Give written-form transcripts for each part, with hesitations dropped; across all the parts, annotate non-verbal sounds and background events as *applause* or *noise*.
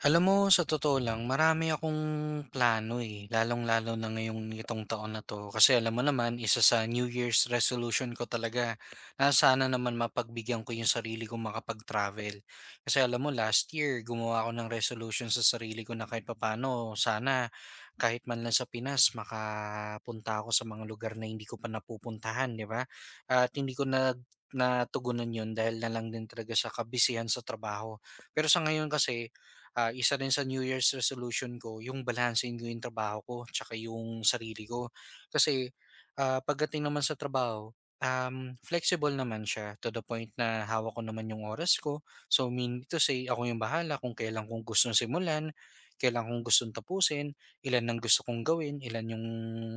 Alam mo, sa totoo lang, marami akong plano eh, lalong-lalo na ngayong itong taon na to. Kasi alam mo naman, isa sa New Year's resolution ko talaga na sana naman mapagbigyan ko yung sarili ko makapag-travel. Kasi alam mo, last year, gumawa ako ng resolution sa sarili ko na kahit papano, sana kahit man lang sa Pinas, makapunta ako sa mga lugar na hindi ko pa napupuntahan, di ba? At hindi ko na natugunan yun dahil na lang din talaga sa kabisihan sa trabaho. Pero sa ngayon kasi, isa rin sa New Year's resolution ko yung balansehin ko yung trabaho ko tsaka yung sarili ko. Kasi, pagdating naman sa trabaho, flexible naman siya to the point na hawak ko naman yung oras ko. So, mean to say, ako yung bahala kung kailan kong gustong simulan, kailan kong gustong tapusin, ilan ang gusto kong gawin, ilan yung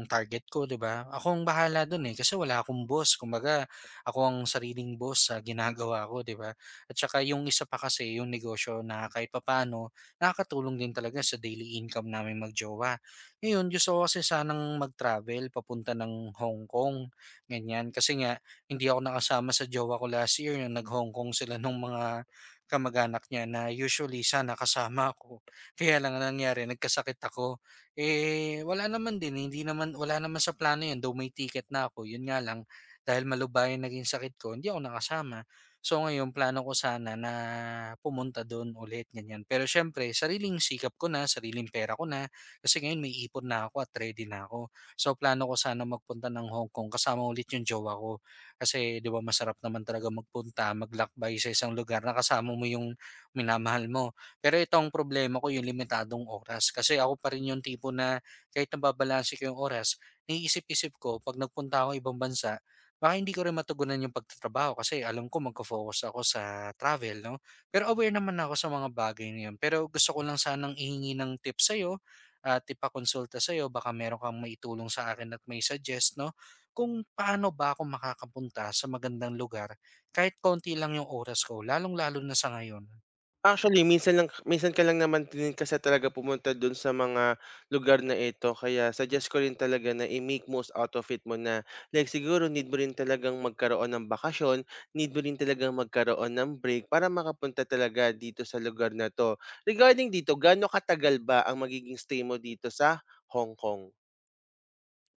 target ko, di ba? Ako ang bahala dun eh, kasi wala akong boss. Kumbaga, ako ang sariling boss sa ginagawa ko, di ba? At saka yung isa pa kasi, yung negosyo na kahit papano, nakakatulong din talaga sa daily income namin magjowa. Ngayon, gusto ko kasi sanang mag-travel papunta ng Hong Kong, ganyan. Kasi nga, hindi ako nakasama sa jowa ko last year nung nag-Hong Kong sila nung mga kamag-anak niya na usually sana kasama ako. Kaya lang ang nangyari, nagkasakit ako. Eh, wala naman din, hindi naman, wala naman sa plano yun, though may ticket na ako. Yun nga lang, dahil malubayan naging sakit ko, hindi ako nakasama. So ngayon plano ko sana na pumunta do'n ulit, ganyan. Pero siyempre sariling sikap ko na, sariling pera ko na, kasi ngayon may ipon na ako at ready na ako. So plano ko sana magpunta ng Hong Kong kasama ulit yung jowa ko. Kasi 'di ba masarap naman talaga magpunta, maglakbay sa isang lugar na kasama mo yung minamahal mo. Pero itong problema ko yung limitadong oras, kasi ako pa rin yung tipo na kahit nababalanse ko yung oras, naiisip-isip ko 'pag nagpunta ako ibang bansa. Baka hindi ko rin matugunan yung pagtatrabaho kasi alam ko magko-focus ako sa travel 'no. Pero aware naman ako sa mga bagay na yun, pero gusto ko lang sanang ihingi ng tips sa'yo at ipakonsulta sa'yo baka meron kang maitulong sa akin at may suggest 'no, kung paano ba ako makakapunta sa magandang lugar kahit konti lang yung oras ko lalong-lalo na sa ngayon. Actually, minsan ka lang naman din kasi talaga pumunta don sa mga lugar na ito kaya suggest ko rin talaga na i-make most out of it mo na. Like siguro need mo rin talagang magkaroon ng bakasyon, need mo rin talagang magkaroon ng break para makapunta talaga dito sa lugar na 'to. Regarding dito, gaano katagal ba ang magiging stay mo dito sa Hong Kong?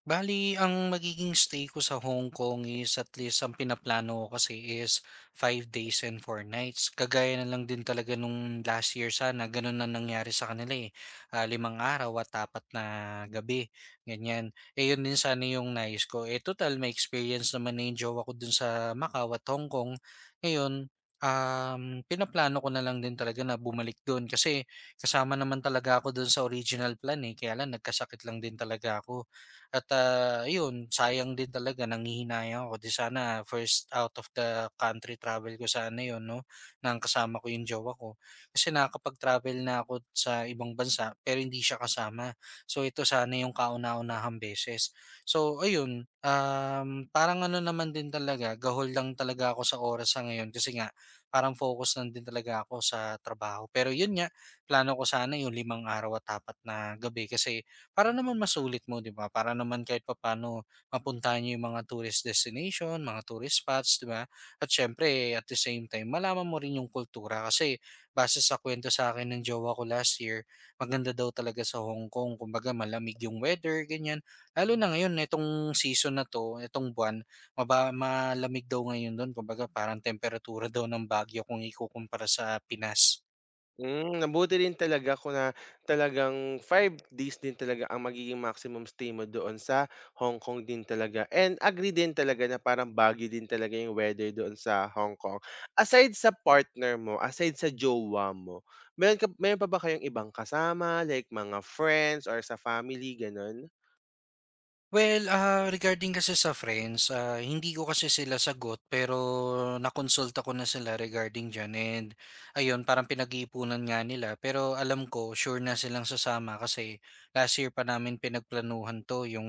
Bali ang magiging stay ko sa Hong Kong is at least ang pinaplano ko kasi is 5 days and 4 nights. Kagaya na lang din talaga nung last year sana, ganun na nangyari sa kanila eh. Ah, 5 araw at 4 gabi, ganyan. Eh yun din sana yung nais ko. Eh total, may experience naman na-enjoy ako dun sa Macau at Hong Kong. Ngayon, um, pinaplano ko na lang din talaga na bumalik dun kasi kasama naman talaga ako dun sa original plan eh. Kaya lang, nagkasakit lang din talaga ako. At, ayun sayang din talaga, nanghihinayang ako, 'di sana first out of the country travel ko sana 'yun 'no, ng kasama ko yung jowa ko. Kasi nakakapag-travel na ako sa ibang bansa pero hindi siya kasama. So ito sana yung kauna-unahang beses. So ayun, parang ano naman din talaga, gahol lang talaga ako sa oras sa ngayon kasi nga parang focus lang din talaga ako sa trabaho. Pero 'yun nga, plano ko sana yung 5 araw at 4 gabi kasi para naman masulit mo, 'di ba? Para naman kahit papaano mapuntahan niyo 'yung mga tourist destination, mga tourist spots, 'di ba? At siyempre, at the same time, malaman mo rin 'yung kultura kasi base sa kwento sa akin ng jowa ko last year, maganda daw talaga sa Hong Kong. Kumbaga malamig 'yung weather, ganyan. Lalo na ngayon nitong season na 'to, nitong buwan, malamig daw ngayon doon. Kumbaga parang temperatura daw ng Baguio kung ikukumpara sa Pinas. Hmm, mabuti din talaga kung na talagang 5 days din talaga ang magiging maximum stay mo doon sa Hong Kong din talaga and agree din talaga na parang bagyo din talaga yung weather doon sa Hong Kong. Aside sa partner mo, aside sa jowa mo, meron pa ba kayong ibang kasama, like mga friends or sa family, gano'n? Well, regarding kasi sa friends, hindi ko kasi sila sagot pero nakonsulta ko na sila regarding diyan, and ayun, parang pinag-iipunan nga nila pero alam ko sure na silang sasama kasi last year pa namin pinagplanuhan 'to yung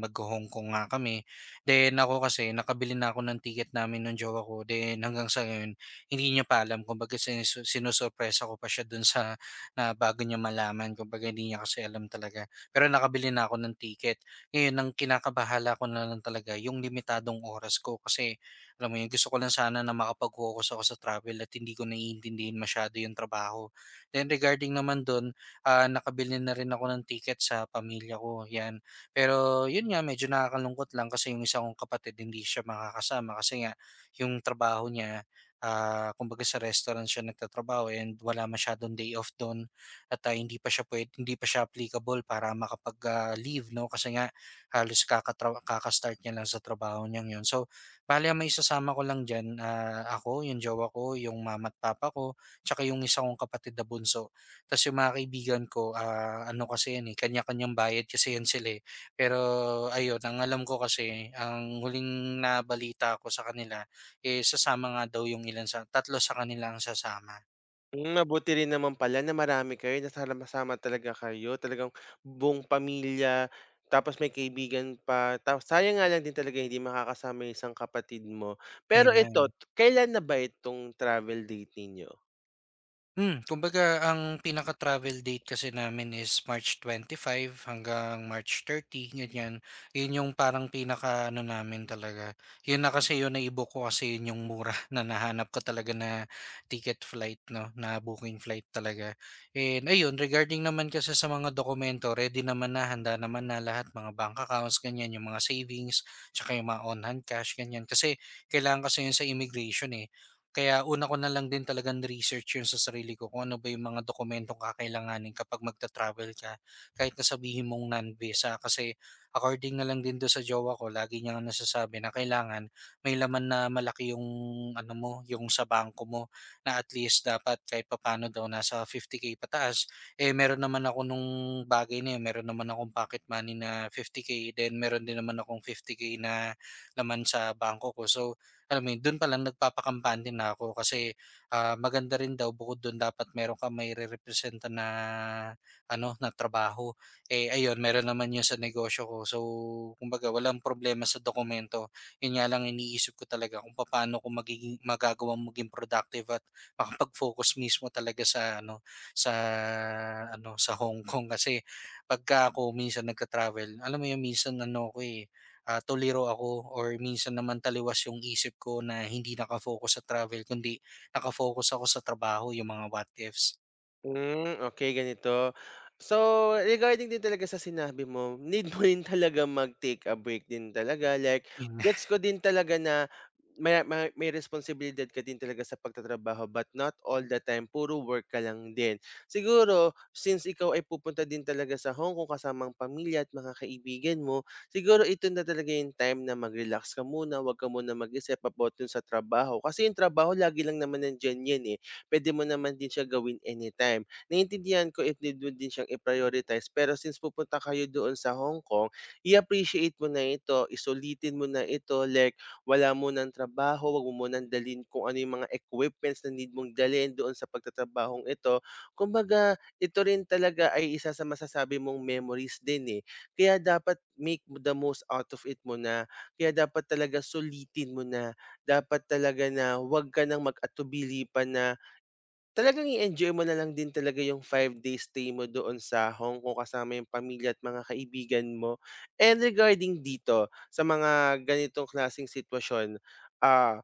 mag-Hong Kong nga kami. Then ako kasi nakabili na ako ng ticket namin ng jowa ko, then hanggang sa ngayon hindi niya pa alam, kumbaga sinusurpresa ko pa siya dun sa na bago niya malaman, kumbaga hindi niya kasi alam talaga. Pero nakabili na ako ng ticket. Ngayon ang kinakabahala ko na lang talaga yung limitadong oras ko kasi alam mo yun, gusto ko lang sana na makapag-focus ako sa travel at hindi ko naiintindihan masyado yung trabaho. Then regarding naman doon, nakabili na rin ako ng ticket sa pamilya ko, yan. Pero yun nga, medyo nakakalungkot lang kasi yung isa kong kapatid hindi siya makakasama kasi nga yung trabaho niya, kumbaga sa restaurant siya nagtatrabaho, and wala masyadong day off doon at hindi pa siya pwede, hindi pa siya applicable para makapag-leave, no? Kasi nga halos kakastart niya lang sa trabaho niyang 'yun. So, bale ang may isasama ko lang diyan, ako, 'yung jowa ko, 'yung mama at papa ko, tsaka 'yung isa kong kapatid na bunso. Ta's 'yung mga kaibigan ko, ano kasi 'yan, eh, kanya-kanyang bayad kasi 'yan sila, eh. Pero ayun, ang alam ko kasi, ang huling nabalita ko sa kanila, eh, sasama nga daw 'yung ilan sa tatlo sa kanila ang sasama, Hmm, mabuti rin naman pala na marami kayo, nasama-sama talaga kayo, talagang buong pamilya, tapos may kaibigan pa. Taw sayang nga lang din talaga hindi makakasama yung isang kapatid mo. Pero ayun nga. ito, kailan na ba itong travel date ninyo? Hmm, kumbaga ang pinaka-travel date kasi namin is March 25 hanggang March 30, ganyan. Yun yung parang pinaka-ano namin talaga. Yun na kasi, yun naibo ko kasi yun yung mura *laughs* na nahanap ko talaga na ticket flight, no? Na booking flight talaga. And ayun, regarding naman kasi sa mga dokumento, ready naman na, handa naman na lahat, mga bank accounts, ganyan, yung mga savings, tsaka yung mga on-hand cash, ganyan. Kasi kailangan kasi yun sa immigration eh. Kaya una ko na lang din talagang ni-research 'yun sa sarili ko kung ano ba yung mga dokumentong kakailanganin kapag magta-travel ka. Kahit na sabihin mong non-visa, kasi according na lang din do'n sa jowa ko, lagi niya ngang nasasabi na kailangan may laman na malaki yung ano mo, yung sa bangko mo, na at least dapat kahit papaano daw nasa 50K pataas. Eh, meron naman ako nung bagay na 'yun, meron naman akong pocket money na 50K, then meron din naman akong 50K na laman sa bangko ko. So, alam mo yun, dun palang nagpapakampante na ako kasi, maganda rin daw bukod dun, dapat meron ka, may mairerepresenta na ano, na trabaho. Eh, ayun meron naman yun sa negosyo ko. So, kumbaga walang problema sa dokumento. Yun nga lang iniisip ko talaga kung paano ko magiging magagawang maging productive at makapag-focus mismo talaga sa ano, sa ano, sa Hong Kong. *laughs* Kasi pagka ako minsan nagta-travel, alam mo yung minsan ano ako, eh, tuliro ako or minsan naman taliwas yung isip ko na hindi nakafocus sa travel kundi nakafocus ako sa trabaho, yung mga what ifs. Hmm, okay, ganito. So, regarding din talaga sa sinabi mo, need mo rin talaga mag-take a break din talaga, like gets ko din talaga na may responsibilidad ka din talaga sa pagtatrabaho but not all the time puro work ka lang din. Siguro since ikaw ay pupunta din talaga sa Hong Kong kasamang pamilya at mga kaibigan mo, siguro ito na talaga yung time na mag-relax ka muna, 'wag ka munang mag-isip about dun sa trabaho kasi yung trabaho lagi lang naman nandiyan yan, eh puwede mo naman din siya gawin anytime. Naiintindihan ko if need mo din siyang i-prioritize pero since pupunta kayo doon sa Hong Kong, i-appreciate mo na ito, sulitin mo na ito, like wala munang trabaho, wag mo munang dalhin kung ano yung mga equipments na need mong dalhin doon sa pagtatrabahong ito. Kumbaga ito rin talaga ay isa sa masasabi mong memories din, eh, kaya dapat make the most out of it mo na. Kaya dapat talaga sulitin mo na, dapat talaga na huwag ka ng mag-atubili pa na talagang i-enjoy mo na lang din talaga yung 5 days stay mo doon sa Hong Kong kasama yung pamilya at mga kaibigan mo. And regarding dito, sa mga ganitong klaseng sitwasyon, ah,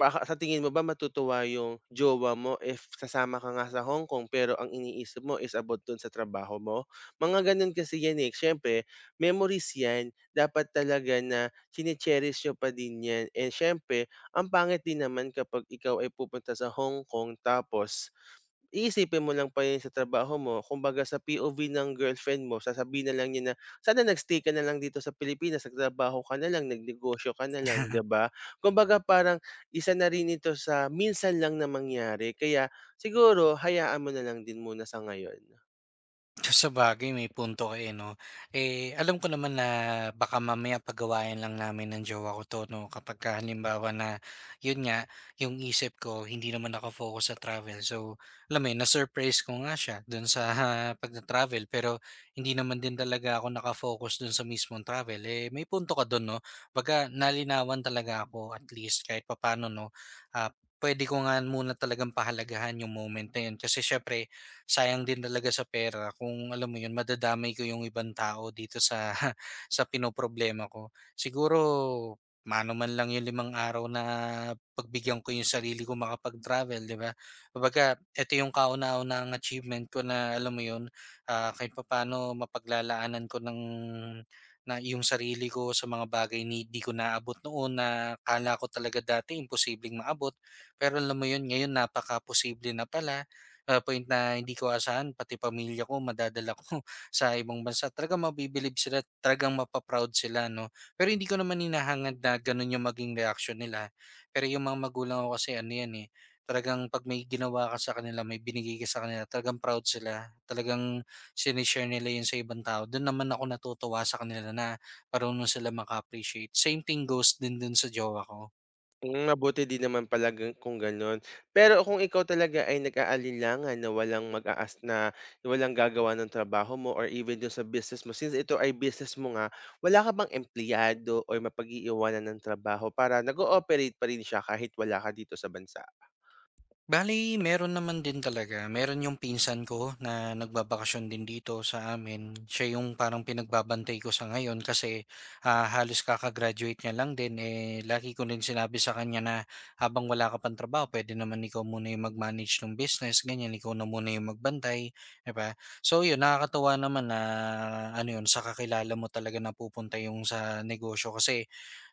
baka sa tingin mo ba matutuwa yung jowa mo if sasama ka nga sa Hong Kong pero ang iniisip mo is about dun sa trabaho mo? Mga ganun kasi yan eh. Siyempre, memories yan. Dapat talaga na chine-cherish nyo pa din yan. And siyempre, ang pangit din naman kapag ikaw ay pupunta sa Hong Kong tapos iisipin mo lang pa yun sa trabaho mo kumbaga sa POV ng girlfriend mo sasabihin na lang niya na, "Sana nag-stay ka na lang dito sa Pilipinas, nagtrabaho ka na lang, nagnegosyo ka na lang." 'Di ba? Kumbaga parang isa na rin ito sa minsan lang na mangyari kaya siguro hayaan mo na lang din muna sa ngayon. Sabagay may punto ka, eh, 'no? Eh, alam ko naman na baka mamaya pagawain lang namin ng jowa ko 'to 'no, kapagka halimbawa na yun nga, yung isip ko hindi naman nakafocus sa travel. So, alam mo yun, na-surprise ko nga siya dun sa *laughs* pagta-travel, pero hindi naman din talaga ako nakafocus dun sa mismong travel. Eh, may punto ka dun 'no, 'baga nalinawan talaga ako at least kahit papano 'no, ah, puwede ko nga muna talagang pahalagahan yung moment na yun kasi syempre sayang din talaga sa pera kung alam mo yun madadamay ko yung ibang tao dito sa *laughs* sa pinoproblema ko. Siguro mano man lang yung 5 araw na pagbigyan ko yung sarili ko makapag-travel, di ba? Kumbaga, ito yung kauna-unahang achievement ko na alam mo yun, kahit papaano mapaglalaanan ko ng na yung sarili ko sa mga bagay ni di ko naabot noon na kala ko talaga dati imposibleng maabot. Pero alam mo yun, ngayon napaka-posible na pala, point na hindi ko asahan, pati pamilya ko madadala ko *laughs* sa ibang bansa. Talagang mabibilib sila, talagang mapa-proud sila 'no. Pero hindi ko naman hinahangad na gano'n yung maging reaction nila. Pero yung mga magulang ko kasi ano 'yan, eh, talagang 'pag may ginawa ka sa kanila, may binigay ka sa kanila, talagang proud sila. Talagang shine nila 'yun sa ibang tao. Do'n naman ako natutuwa sa kanila na marunong sila maka-appreciate. Same thing goes din dun sa jowa ko. Hmm, mabuti din naman pala gan kung gano'n. Pero kung ikaw talaga ay nag-aalinlangan na walang mag-aas na walang gagawa ng trabaho mo or even do'n sa business mo, since ito ay business mo nga, wala ka bang empleyado or mapag-iiwanan ng trabaho para nag-ooperate pa rin siya kahit wala ka dito sa bansa? Bali meron naman din talaga. Meron yung pinsan ko na nagbabakasyon din dito sa amin. Siya yung parang pinagbabantay ko sa ngayon kasi halos kakagraduate niya lang din. Eh, lagi ko din sinabi sa kanya na habang wala ka pang trabaho, pwede naman ikaw muna yung mag-manage ng business, ganyan, ikaw na muna yung magbantay. 'Di ba? So yun, nakakatawa naman na ano yun, sa kakilala mo talaga napupunta yung sa negosyo kasi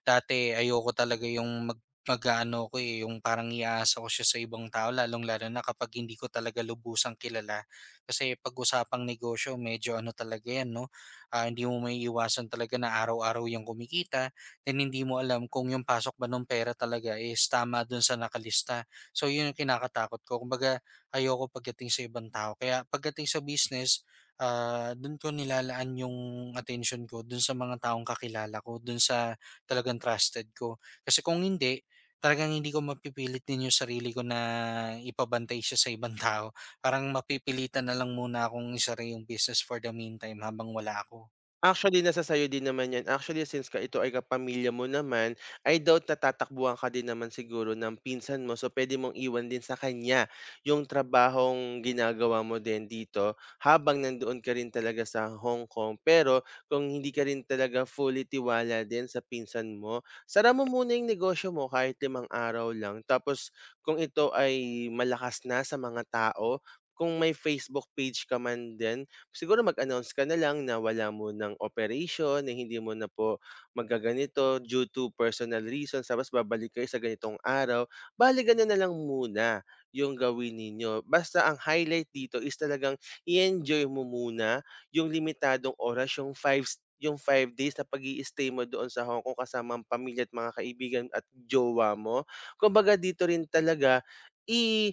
dati ayoko talaga yung mag-aano ako, eh, yung parang iaasa ko siya sa ibang tao lalong-lalo na kapag hindi ko talaga lubusang kilala. Kasi 'pag usapang negosyo medyo ano talaga 'yan 'no, hindi mo maiiwasan talaga na araw-araw yung kumikita, then hindi mo alam kung yung pasok ba ng pera talaga is tama dun sa nakalista. So yun yung kinakatakot ko, kumbaga ayoko pagdating sa ibang tao. Kaya pagdating sa business, dun ko nilalaan yung attention ko dun sa mga taong kakilala ko, dun sa talagang trusted ko. Kasi kung hindi, talagang hindi ko mapipilit din yung sarili ko na ipabantay siya sa ibang tao. Parang mapipilitan na lang muna akong isara yung business for the meantime habang wala ako. Actually, nasa sa'yo din naman 'yan. Actually, since ka ito ay kapamilya mo naman, I doubt na tatakbuhan ka din naman siguro ng pinsan mo. So, puwede mong iwan din sa kanya yung trabahong ginagawa mo din dito habang nandoon ka rin talaga sa Hong Kong. Pero kung hindi ka rin talaga fully tiwala din sa pinsan mo, sara mo muna yung negosyo mo kahit 5 araw lang. Tapos kung ito ay malakas na sa mga tao, kung may Facebook page ka man din, siguro mag-announce ka na lang na wala mo ng operation, na hindi mo na po magaganito due to personal reasons, tapos babalik kayo sa ganitong araw. Bale, gano'n na lang muna yung gawin ninyo. Basta ang highlight dito is talagang i-enjoy mo muna yung limitadong oras, yung 5 days na pag stay mo doon sa Hong Kong kasama ang pamilya at mga kaibigan at jowa mo. Kumbaga dito rin talaga, i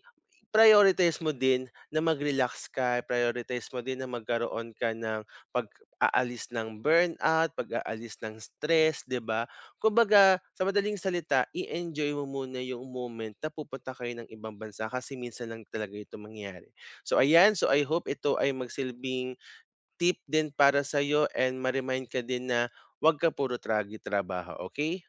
prioritize mo din na mag-relax ka, prioritize mo din na magkaroon ka ng pag-aalis ng burnout, pag-aalis ng stress, 'di ba? Kumbaga, sa madaling salita, i-enjoy mo muna yung moment na pupunta kayo ng ibang bansa kasi minsan lang talaga ito mangyayari. So ayan, so I hope ito ay magsilbing tip din para sa sa'yo and ma-remind ka din na 'wag ka puro tragi-trabaho, okay?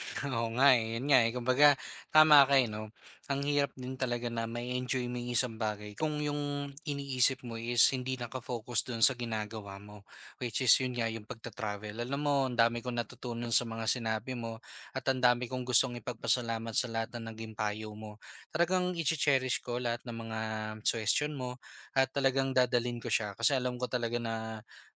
*laughs* Oo nga eh, yun nga eh. Kumbaga, tama ka eh, no? Ang hirap din talaga na may enjoy mo yung isang bagay kung yung iniisip mo is hindi nakafocus dun sa ginagawa mo. Which is yun nga, yung pagta-travel. Alam mo, ang dami kong natutunan sa mga sinabi mo at ang dami kong gustong ipagpasalamat sa lahat ng naging payo mo. Talagang i-cherish ko lahat ng mga suggestion mo at talagang dadalin ko siya kasi alam ko talaga na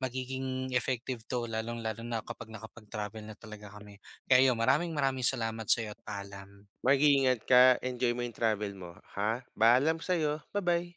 magiging effective to lalong-lalo na kapag nakapag-travel na talaga kami kayo, ayun, maraming maraming salamat sa'yo at paalam. Mag-iingat ka, enjoy mo yung travel mo, ha? Paalam sa'yo, bye bye